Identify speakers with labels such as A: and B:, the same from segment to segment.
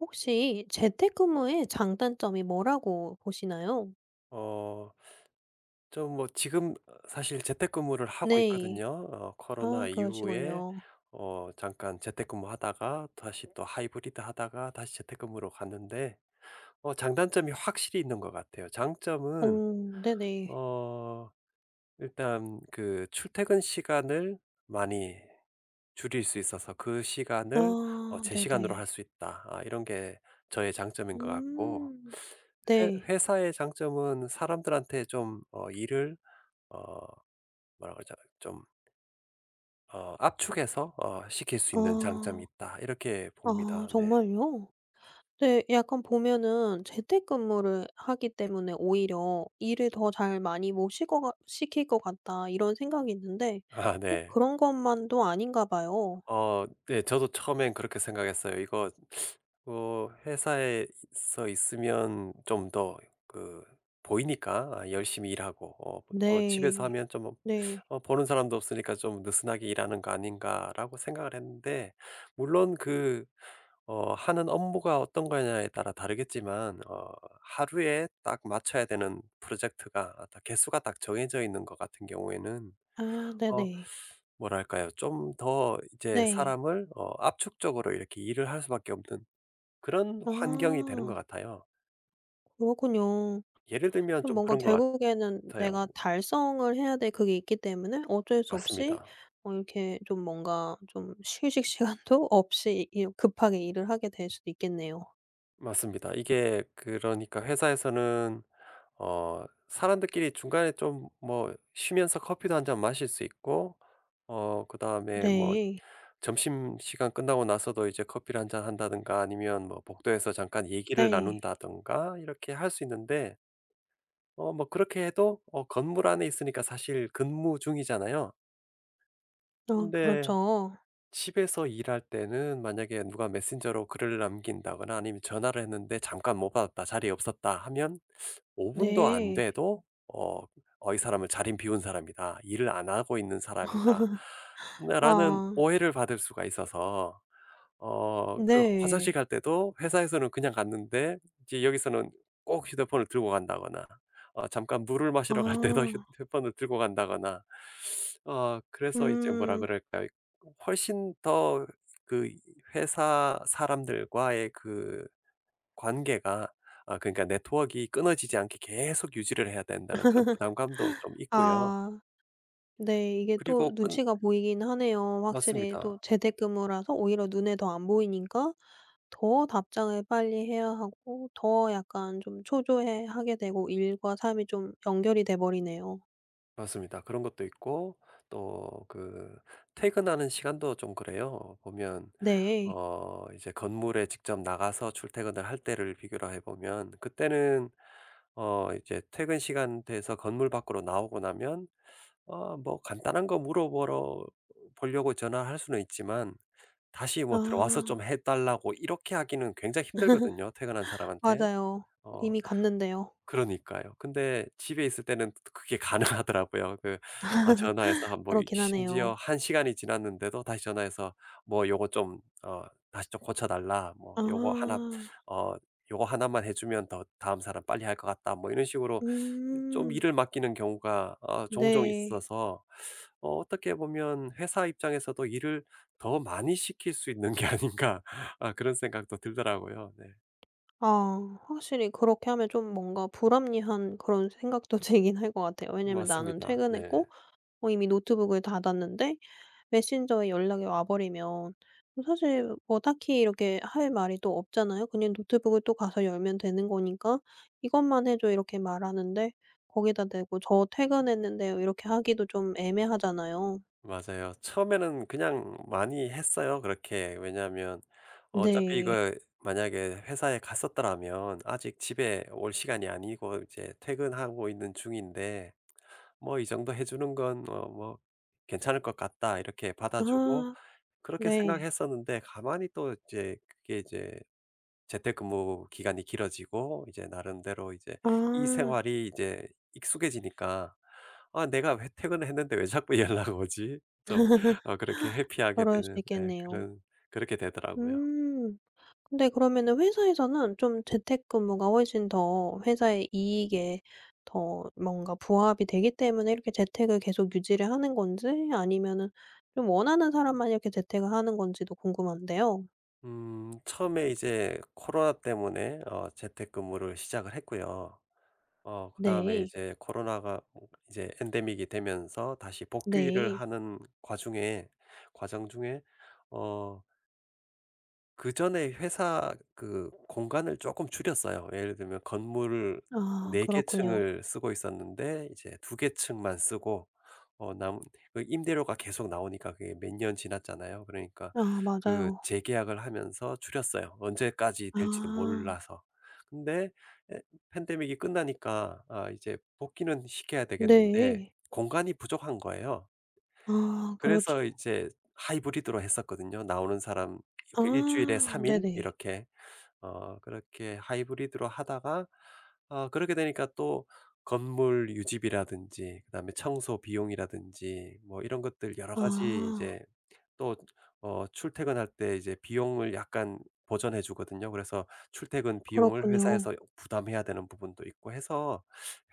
A: 혹시 재택근무의 장단점이 뭐라고 보시나요?
B: 어 좀 뭐 지금 사실 재택근무를 하고
A: 네.
B: 있거든요. 코로나
A: 아,
B: 이후에
A: 그러시군요.
B: 잠깐 재택근무하다가 다시 또 하이브리드 하다가 다시 재택근무로 갔는데 장단점이 확실히 있는 것 같아요.
A: 어,
B: 장점은
A: 네네.
B: 어 일단 그 출퇴근 시간을 많이 줄일 수 있어서 '그 시간을
A: 아,
B: 제 시간으로 할
A: 네네.
B: 수 있다.' 아 이런 게 저의 장점인 것 같고,
A: 음.
B: 회
A: 네.
B: 회사의 장점은 사람들한테 좀 일을 어 뭐라 그러죠? 좀 압축해서 시킬 수 있는 장점이
A: 아.
B: 있다. 이렇게
A: 아,
B: 봅니다. 네.
A: 정말요? 네, 약간 보면은 재택근무를 하기 때문에 오히려 '일을 더 잘 많이 못시고 시킬 것 같다.' 이런 생각이 있는데
B: 아
A: 꼭
B: 네.
A: 그런 것만도 아닌가 봐요.
B: 네, 저도 처음엔 그렇게 생각했어요. 이거 회사에서 있으면 좀 더 그 보이니까, 아 열심히 일하고 집에서
A: 네.
B: 하면 좀
A: 네.
B: '보는 사람도 없으니까 좀 느슨하게 일하는 거 아닌가.'라고 생각을 했는데, 물론 그 하는 업무가 어떤 거냐에 따라 다르겠지만, 하루에 딱 맞춰야 되는 프로젝트가 딱 개수가 딱 정해져 있는 것 같은 경우에는
A: 아,
B: 어
A: 네네.
B: 뭐랄까요? 좀 더 이제
A: 네.
B: 사람을 압축적으로 이렇게 일을 할 수밖에 없는 그런 환경이 되는 것
A: 아.
B: 같아요.
A: 그렇군요.
B: 예를 들면
A: 좀
B: 좀
A: 뭔가
B: 그런 것
A: 결국에는
B: 같아요.
A: 내가 달성을 해야 될 그게 있기 때문에 어쩔 수 없이
B: 맞습니다.
A: 어, 이렇게 좀 뭔가 좀 휴식 시간도 없이 이 급하게 일을 하게 될 수도 있겠네요.
B: 맞습니다. 이게 그러니까 회사에서는 사람들끼리 중간에 좀 뭐 쉬면서 커피도 한 잔 마실 수 있고, 그다음에 뭐
A: 네.
B: 점심시간 끝나고 나서도 이제 커피를 한 잔 한다든가 아니면 뭐 복도에서 잠깐 얘기를
A: 네.
B: 나눈다든가 이렇게 할 수 있는데, 뭐 그렇게 해도 건물 안에 있으니까 사실 근무 중이잖아요.
A: 아,
B: 근데
A: 그렇죠.
B: 집에서 일할 때는, 만약에 누가 메신저로 글을 남긴다거나 아니면 전화를 했는데 "잠깐 못 받았다. 자리에 없었다." 하면 5 분도 안
A: 네.
B: 돼도 어 이 사람을 자린 비운 사람이다. 일을 안 하고 있는 사람이다.' 네, 라는
A: 아.
B: 오해를 받을 수가 있어서, 그 화장실
A: 네.
B: 갈 때도 회사에서는 그냥 갔는데, 이제 여기서는 꼭 휴대폰을 들고 간다거나, 잠깐 물을 마시러 갈 때도
A: 아.
B: 휴대폰을 들고 간다거나, 그래서 이제 뭐라
A: 음.
B: 그럴까요? 훨씬 더 그 회사 사람들과의 그 관계가, 아 그러니까 네트워크가 끊어지지 않게 계속 유지를 해야 된다는 그런 부담감도 좀 있고요.
A: 아. 네. 이게 또
B: 그리고 끈
A: 눈치가 보이긴 하네요. 확실히 또
B: 맞습니다.
A: 재택근무라서 오히려 눈에 더 안 보이니까 더 답장을 빨리 해야 하고 더 약간 좀 초조해 하게 되고 일과 삶이 좀 연결이 돼 버리네요.
B: 맞습니다. 그런 것도 있고 또 그 퇴근하는 시간도 좀 그래요. 보면
A: 네.
B: 이제 건물에 직접 나가서 출퇴근을 할 때를 비교를 해 보면, 그때는 이제 퇴근 시간 돼서 건물 밖으로 나오고 나면 뭐 간단한 거 물어보러 보려고 전화할 수는 있지만, 다시 뭐 들어와서
A: 아,
B: 좀 해 달라고 이렇게 하기는 굉장히 힘들거든요, 퇴근한 사람한테.
A: 맞아요.
B: 어
A: 이미 갔는데요.
B: 그러니까요. 근데 집에 있을 때는 그게 가능하더라고요. 그 아 전화해서 한 뭐 이
A: 그렇긴
B: 심지어
A: 하네요.
B: 한 시간이 지났는데도 다시 전화해서 뭐 "요거 좀 다시 좀 고쳐 달라." 뭐 "요거 하나
A: 아.
B: 어 요거 나만 해 주면 더 다음 사람 빨리 할 것 같다." 뭐 이런 식으로 좀
A: 음.
B: 일을 맡기는 경우가 종종
A: 네.
B: 있어서, 어떻게 보면 '회사 입장에서도 일을 더 많이 시킬 수 있는 게 아닌가.' 아 그런 생각도 들더라고요. 네.
A: 아, 확실히 그렇게 하면 좀 뭔가 불합리한 그런 생각도 들긴 할 것 같아요. 왜냐면 '나는
B: 맞습니다. 네.
A: 퇴근했고 어 이미 노트북을 닫았는데 메신저에 연락이 와 버리면 뭐 사실 뭐 딱히 이렇게 할 말이 또 없잖아요. 그냥 노트북을 또 가서 열면 되는 거니까 "이것만 해 줘." 이렇게 말하는데 거기다 대고 "저 퇴근했는데요." 이렇게 하기도 좀 애매하잖아요.'
B: 맞아요. 처음에는 그냥 많이 했어요, 그렇게. 왜냐하면 어차피
A: 네.
B: 이거, 만약에 회사에 갔었더라면 아직 집에 올 시간이 아니고 이제 퇴근하고 있는 중인데 뭐 이 정도 해주는 건 뭐 괜찮을 것 같다 이렇게 받아주고
A: 아,
B: 그렇게
A: 네.
B: 생각했었는데, 가만히 또 이제 그게 이제 재택근무 기간이 길어지고 이제 나름대로 이제
A: 아,
B: 이 생활이 이제 익숙해지니까, '아 내가 왜 퇴근을 했는데 왜 자꾸 연락 오지?' 좀 그렇게 회피하게
A: 그럴 수
B: 되는, 예
A: 있겠네요.
B: 그런, 그렇게 되더라고요.
A: 음. 근데 그러면은 회사에서는 좀 재택근무가 훨씬 더 회사의 이익에 더 뭔가 부합이 되기 때문에 이렇게 재택을 계속 유지를 하는 건지 아니면은 좀 원하는 사람만 이렇게 재택을 하는 건지도 궁금한데요.
B: 음, 처음에 이제 코로나 때문에 재택근무를 시작을 했고요. 그다음에
A: 네.
B: 이제 코로나가 뭐 이제 엔데믹이 되면서 다시 복귀를
A: 네.
B: 하는 과중에 과정 중에, 어 그전에 회사 그 공간을 조금 줄였어요. 예를 들면 건물을
A: 아,
B: 4 개
A: 그렇군요.
B: 층을 쓰고 있었는데 이제 2개 층만 쓰고 어 남 그 임대료가 계속 나오니까 그게 몇 년 지났잖아요. 그러니까
A: 아,
B: 그
A: 맞아요.
B: 재계약을 하면서 줄였어요. 언제까지 될지도
A: 아,
B: 몰라서. 근데 에, 팬데믹이 끝나니까 아 이제 복귀는 시켜야 되겠는데
A: 네.
B: 공간이 부족한 거예요.
A: 아, 그렇죠.
B: 그래서 이제 하이브리드로 했었거든요. 나오는 사람 이렇게 주일에
A: 아,
B: 3일
A: 네네.
B: 이렇게. 그렇게 하이브리드로 하다가 그렇게 되니까 또 건물 유지비라든지 그다음에 청소 비용이라든지 뭐 이런 것들 여러 가지
A: 아,
B: 이제 또 출퇴근할 때 이제 비용을 약간 보전해 주거든요. 그래서 출퇴근 비용을
A: 그렇군요.
B: 회사에서 부담해야 되는 부분도 있고 해서,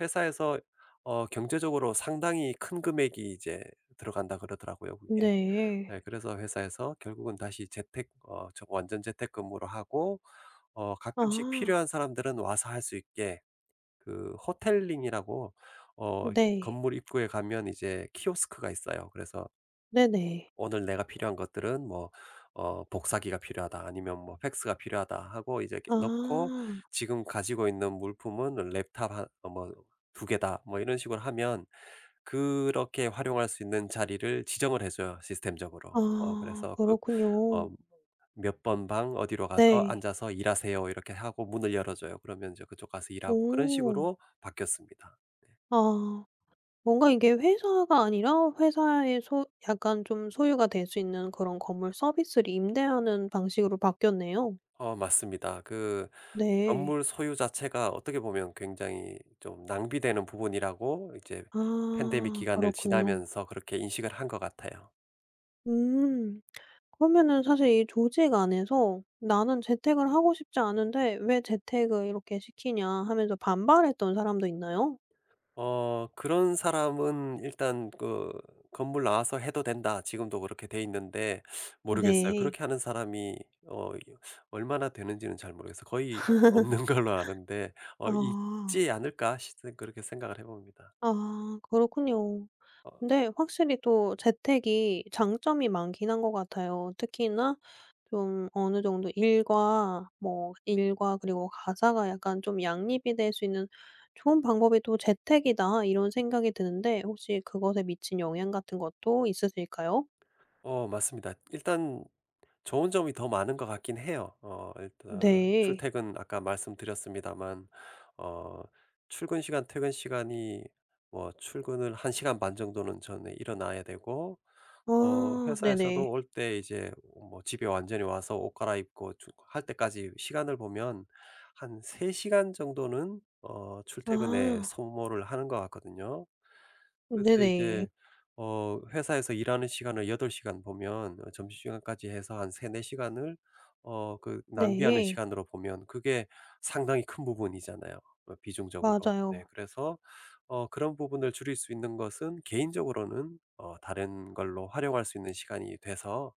B: 회사에서 경제적으로 상당히 큰 금액이 이제 들어간다 그러더라고요 그게.
A: 네.
B: 네, 그래서 회사에서 결국은 다시 재택 완전 재택근무로 하고, 가끔씩
A: 아,
B: 필요한 사람들은 와서 할 수 있게, 그 호텔링이라고, 어
A: 네.
B: 건물 입구에 가면 이제 키오스크가 있어요. 그래서
A: 네네.
B: "오늘 내가 필요한 것들은 뭐 복사기가 필요하다." 아니면 뭐 "팩스가 필요하다." 하고 이제 이렇게
A: 아.
B: 넣고, "지금 가지고 있는 물품은 랩탑 한 뭐두 개다." 뭐 이런 식으로 하면, 그렇게 활용할 수 있는 자리를 지정을 해 줘요, 시스템적으로.
A: 아,
B: 그래서 그 어
A: 그렇군요.
B: 몇 번 방 어디로 가서
A: 네.
B: 앉아서 일하세요 이렇게 하고 문을 열어 줘요. 그러면 이제 그쪽 가서 일하고, 그런
A: 오.
B: 식으로 바뀌었습니다.
A: 아, 뭔가 이게 회사가 아니라 회사의 소 약간 좀 소유가 될 수 있는 그런 건물 서비스를 임대하는 방식으로 바뀌었네요.
B: 맞습니다. 그
A: 네.
B: 건물 소유 자체가 어떻게 보면 굉장히 좀 낭비되는 부분이라고, 이제 팬데믹
A: 아,
B: 기간을
A: 그렇군요.
B: 지나면서 그렇게 인식을 한 것 같아요.
A: 음. 그러면은 사실 이 조직 안에서 '나는 재택을 하고 싶지 않은데 왜 재택을 이렇게 시키냐.' 하면서 반발했던 사람도 있나요?
B: 그런 사람은 일단 그 "건물 나와서 해도 된다." 지금도 그렇게 돼 있는데, 모르겠어요.
A: 네.
B: 그렇게 하는 사람이 어 이 얼마나 되는지는 잘 모르겠어요. 거의 없는 걸로 아는데,
A: 아.
B: '있지 않을까?' 싶은, 그렇게 생각을 해 봅니다.
A: 아, 그렇군요.
B: 어
A: 근데 확실히 또 재택이 장점이 많긴 한 것 같아요. 특히나 좀 어느 정도 일과 뭐 일과 그리고 가사가 약간 좀 양립이 될 수 있는 '좋은 방법이 또 재택이다.' 이런 생각이 드는데 혹시 그것에 미친 영향 같은 것도 있으실까요?
B: 맞습니다. 일단 좋은 점이 더 많은 것 같긴 해요. 일단
A: 네.
B: 출퇴근 아까 말씀드렸습니다만, 어 출근 시간 퇴근 시간이, 뭐 출근을 한 시간 반 정도는 전에 일어나야 되고,
A: 아, 네네.
B: 회사에서도 올 때 이제 뭐 집에 완전히 와서 옷 갈아입고 주 할 때까지 시간을 보면 한 3 시간 정도는 출퇴근에
A: 아,
B: 소모를 하는 것 같거든요. 글쎄
A: 네네.
B: 이제 회사에서 일하는 시간을 8 시간 보면, 점심시간까지 해서 한 3~4 시간을 그 낭비하는
A: 네.
B: 시간으로 보면 그게 상당히 큰 부분이잖아요, 비중적으로. 네
A: 맞아요.
B: 그래서 그런 부분을 줄일 수 있는 것은 개인적으로는 다른 걸로 활용할 수 있는 시간이 돼서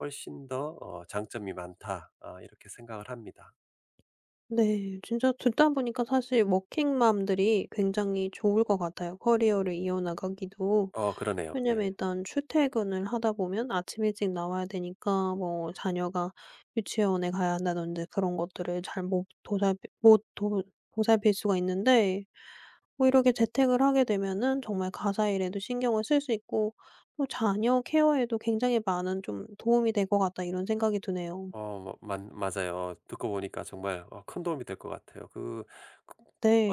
B: 훨씬 더 '장점이 많다.' 아 이렇게 생각을 합니다.
A: 네. 진짜 듣다 보니까 사실 워킹맘들이 굉장히 좋을 것 같아요, 커리어를 이어나가기도.
B: 그러네요. 네.
A: 왜냐면 일단 출퇴근을 하다 보면 아침 일찍 나와야 되니까 뭐 자녀가 유치원에 가야 한다든지 그런 것들을 잘 못 도살 못 도 보살필 수가 있는데 뭐 이렇게 재택을 하게 되면은 정말 가사 일에도 신경을 쓸 수 있고 또 자녀 케어에도 굉장히 많은 좀 '도움이 될 것 같다.' 이런 생각이 드네요.
B: 어 맞 맞아요. 듣고 보니까 정말 큰 도움이 될 것 같아요. 그 그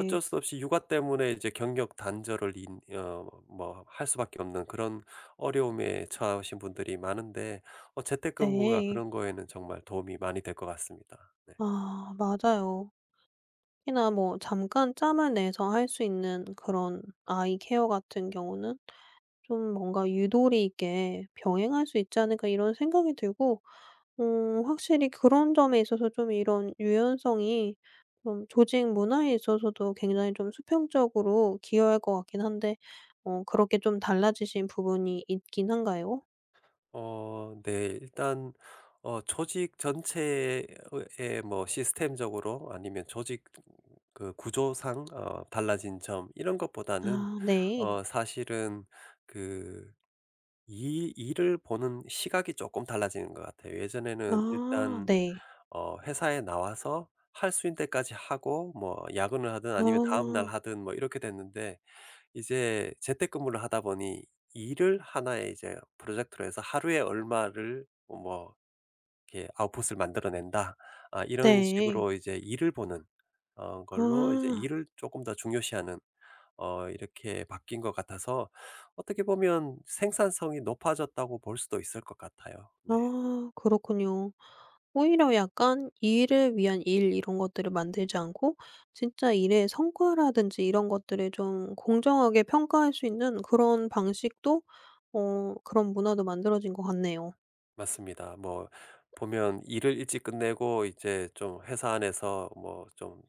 B: 어쩔 수 없이 육아 때문에 이제 경력 단절을 인 어 뭐 할 수밖에 없는 그런 어려움에 처하신 분들이 많은데, 재택근무가
A: 네.
B: 그런 거에는 정말 도움이 많이 될 것 같습니다. 네.
A: 아, 맞아요. 특히나 뭐 잠깐 짬을 내서 할 수 있는 그런 아이 케어 같은 경우는 좀 뭔가 유도리 있게 병행할 수 있지 않을까 이런 생각이 들고 음, 확실히 그런 점에 있어서 좀 이런 유연성이 좀 조직 문화에 있어서도 굉장히 좀 수평적으로 기여할 것 같긴 한데 어, 그렇게 좀 달라지신 부분이 있긴 한가요?
B: 네. 일단 조직 전체에 의 뭐 시스템적으로 아니면 조직 그 구조상 달라진 점 이런 것보다는,
A: 아, 네.
B: 사실은 그 이 일을 보는 시각이 조금 달라지는 것 같아요. 예전에는
A: 아,
B: 일단
A: 네.
B: 회사에 나와서 할 수 있는 데까지 하고 뭐 야근을 하든 아니면 다음날
A: 아,
B: 하든 뭐 이렇게 됐는데, 이제 재택근무를 하다 보니 일을 하나의 이제 프로젝트로 해서 '하루에 얼마를 뭐 이렇게 아웃풋을 만들어낸다.' 아 이런
A: 네.
B: 식으로 이제 일을 보는 걸로 이제
A: 아.
B: 일을 조금 더 중요시하는 이렇게 바뀐 것 같아서 어떻게 보면 생산성이 높아졌다고 볼 수도 있을 것 같아요. 네.
A: 아, 그렇군요. 오히려 약간 일을 위한 일 이런 것들을 만들지 않고 진짜 일의 성과라든지 이런 것들을 좀 공정하게 평가할 수 있는 그런 방식도 어 그런 문화도 만들어진 것 같네요.
B: 맞습니다. 뭐 보면 일을 일찍 끝내고 이제 좀 회사 안에서 뭐 좀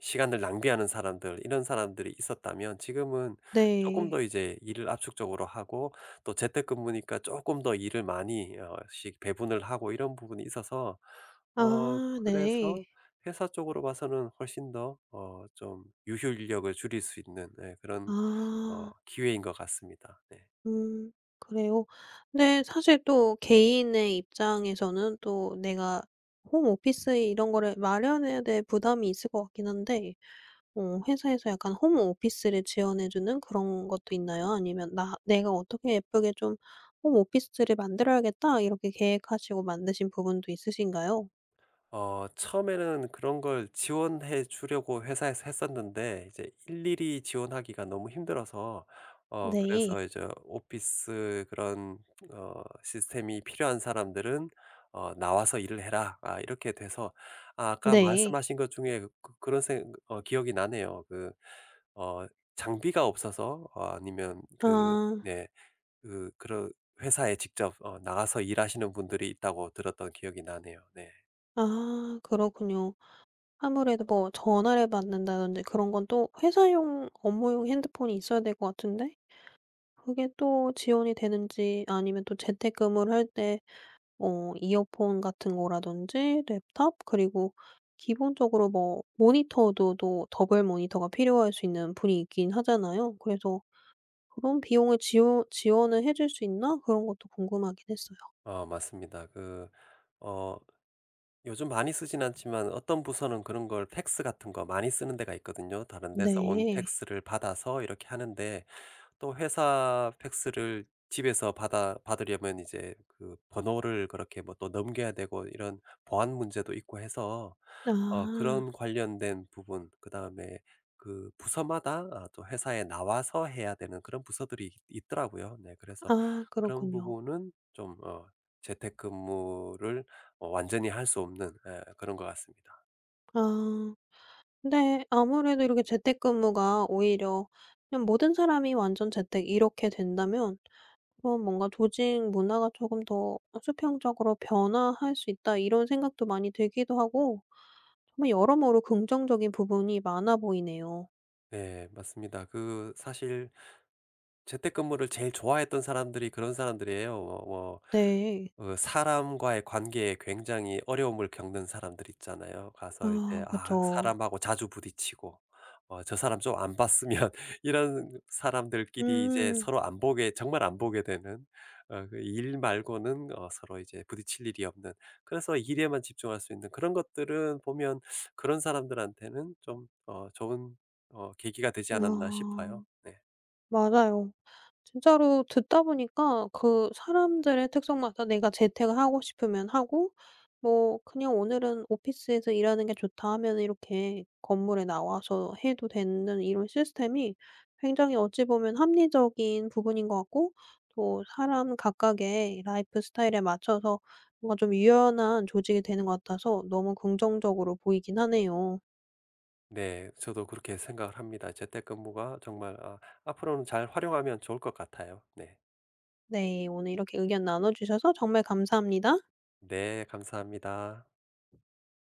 B: 시간을 낭비하는 사람들, 이런 사람들이 있었다면 지금은 조금
A: 네.
B: 더 이제 일을 압축적으로 하고, 또 재택근무니까 조금 더 일을 많이 어씩 배분을 하고 이런 부분이 있어서,
A: 아, 네.
B: 그래서 회사 쪽으로 봐서는 훨씬 더 좀 유효 인력을 줄일 수 있는, 예 그런
A: 아.
B: 기회인 것 같습니다. 네.
A: 음, 그래요? 근데 사실 또 개인의 입장에서는 또 내가 홈오피스 이런 거를 마련해야 될 부담이 있을 것 같긴 한데 어, 회사에서 약간 홈 오피스를 지원해 주는 그런 것도 있나요? 아니면 '나 내가 어떻게 예쁘게 좀 홈 오피스를 만들어야겠다.' 이렇게 계획하시고 만드신 부분도 있으신가요?
B: 처음에는 그런 걸 지원해 주려고 회사에서 했었는데 이제 일일이 지원하기가 너무 힘들어서,
A: 네.
B: 그래서 이제 오피스 그런 시스템이 필요한 사람들은 "나와서 일을 해라." 아 이렇게 돼서, 아 아까
A: 네.
B: 말씀하신 것 중에 그 그런 생 어 기억이 나네요. 그 어 장비가 없어서 아니면 그
A: 아.
B: 네 그 그런 회사에 직접 나가서 일하시는 분들이 있다고 들었던 기억이 나네요. 네.
A: 아, 그렇군요. 아무래도 뭐 전화를 받는다든지 그런 건 또 회사용 업무용 핸드폰이 있어야 될 것 같은데 그게 또 지원이 되는지 아니면 또 재택근무를 할때 어 이어폰 같은 거라든지 랩탑 그리고 기본적으로 뭐 모니터도 또 더블 모니터가 필요할 수 있는 분이 있긴 하잖아요. 그래서 그런 비용을 지원을 해줄 수 있나 그런 것도 궁금하긴 했어요.
B: 맞습니다. 그 어 요즘 많이 쓰진 않지만, 어떤 부서는 그런 걸 팩스 같은 거 많이 쓰는 데가 있거든요. 다른 데서 온
A: 네.
B: 팩스를 받아서 이렇게 하는데 또 회사 팩스를 집에서 받아 받으려면 이제 그 번호를 그렇게 뭐 또 넘겨야 되고 이런 보안 문제도 있고 해서,
A: 아.
B: 그런 관련된 부분, 그다음에 그 부서마다 아 또 회사에 나와서 해야 되는 그런 부서들이 있 있더라고요. 네 그래서
A: 아,
B: 그런
A: 그렇군요.
B: 부분은 좀 재택근무를 완전히 할 수 없는, 예 그런 것 같습니다.
A: 아, 근데 아무래도 이렇게 재택근무가 오히려 그냥 모든 사람이 완전 재택 이렇게 된다면 그럼 뭔가 '조직 문화가 조금 더 어 수평적으로 변화할 수 있다.' 이런 생각도 많이 들기도 하고 정말 여러모로 긍정적인 부분이 많아 보이네요.
B: 네 맞습니다. 그 사실 재택근무를 제일 좋아했던 사람들이 그런 사람들이에요. 뭐
A: 네.
B: 그 사람과의 관계에 굉장히 어려움을 겪는 사람들 있잖아요. 가서 이제
A: 아,
B: 아
A: 그쵸.
B: 사람하고 자주 부딪히고 '저 사람 좀 안 봤으면.' 이런 사람들끼리 이제
A: 음.
B: 서로 안 보게, 정말 안 보게 되는, 그일 말고는 서로 이제 부딪힐 일이 없는, 그래서 일에만 집중할 수 있는, 그런 것들은 보면 그런 사람들한테는 좀 좋은 계기가 되지 않았나
A: 아,
B: 싶어요. 네.
A: 맞아요. 진짜로 듣다 보니까 그 사람들의 특성마다 내가 재택을 하고 싶으면 하고 뭐 그냥 오늘은 '오피스에서 일하는 게 좋다.' 하면 이렇게 건물에 나와서 해도 되는 이런 시스템이 굉장히 어찌 보면 합리적인 부분인 것 같고 또 사람 각각의 라이프 스타일에 맞춰서 뭔가 좀 유연한 조직이 되는 것 같아서 너무 긍정적으로 보이긴 하네요.
B: 네. 저도 그렇게 생각을 합니다. 재택근무가 정말 아 앞으로는 잘 활용하면 좋을 것 같아요. 네.
A: 네. 오늘 이렇게 의견 나눠 주셔서 정말 감사합니다.
B: 네. 감사합니다.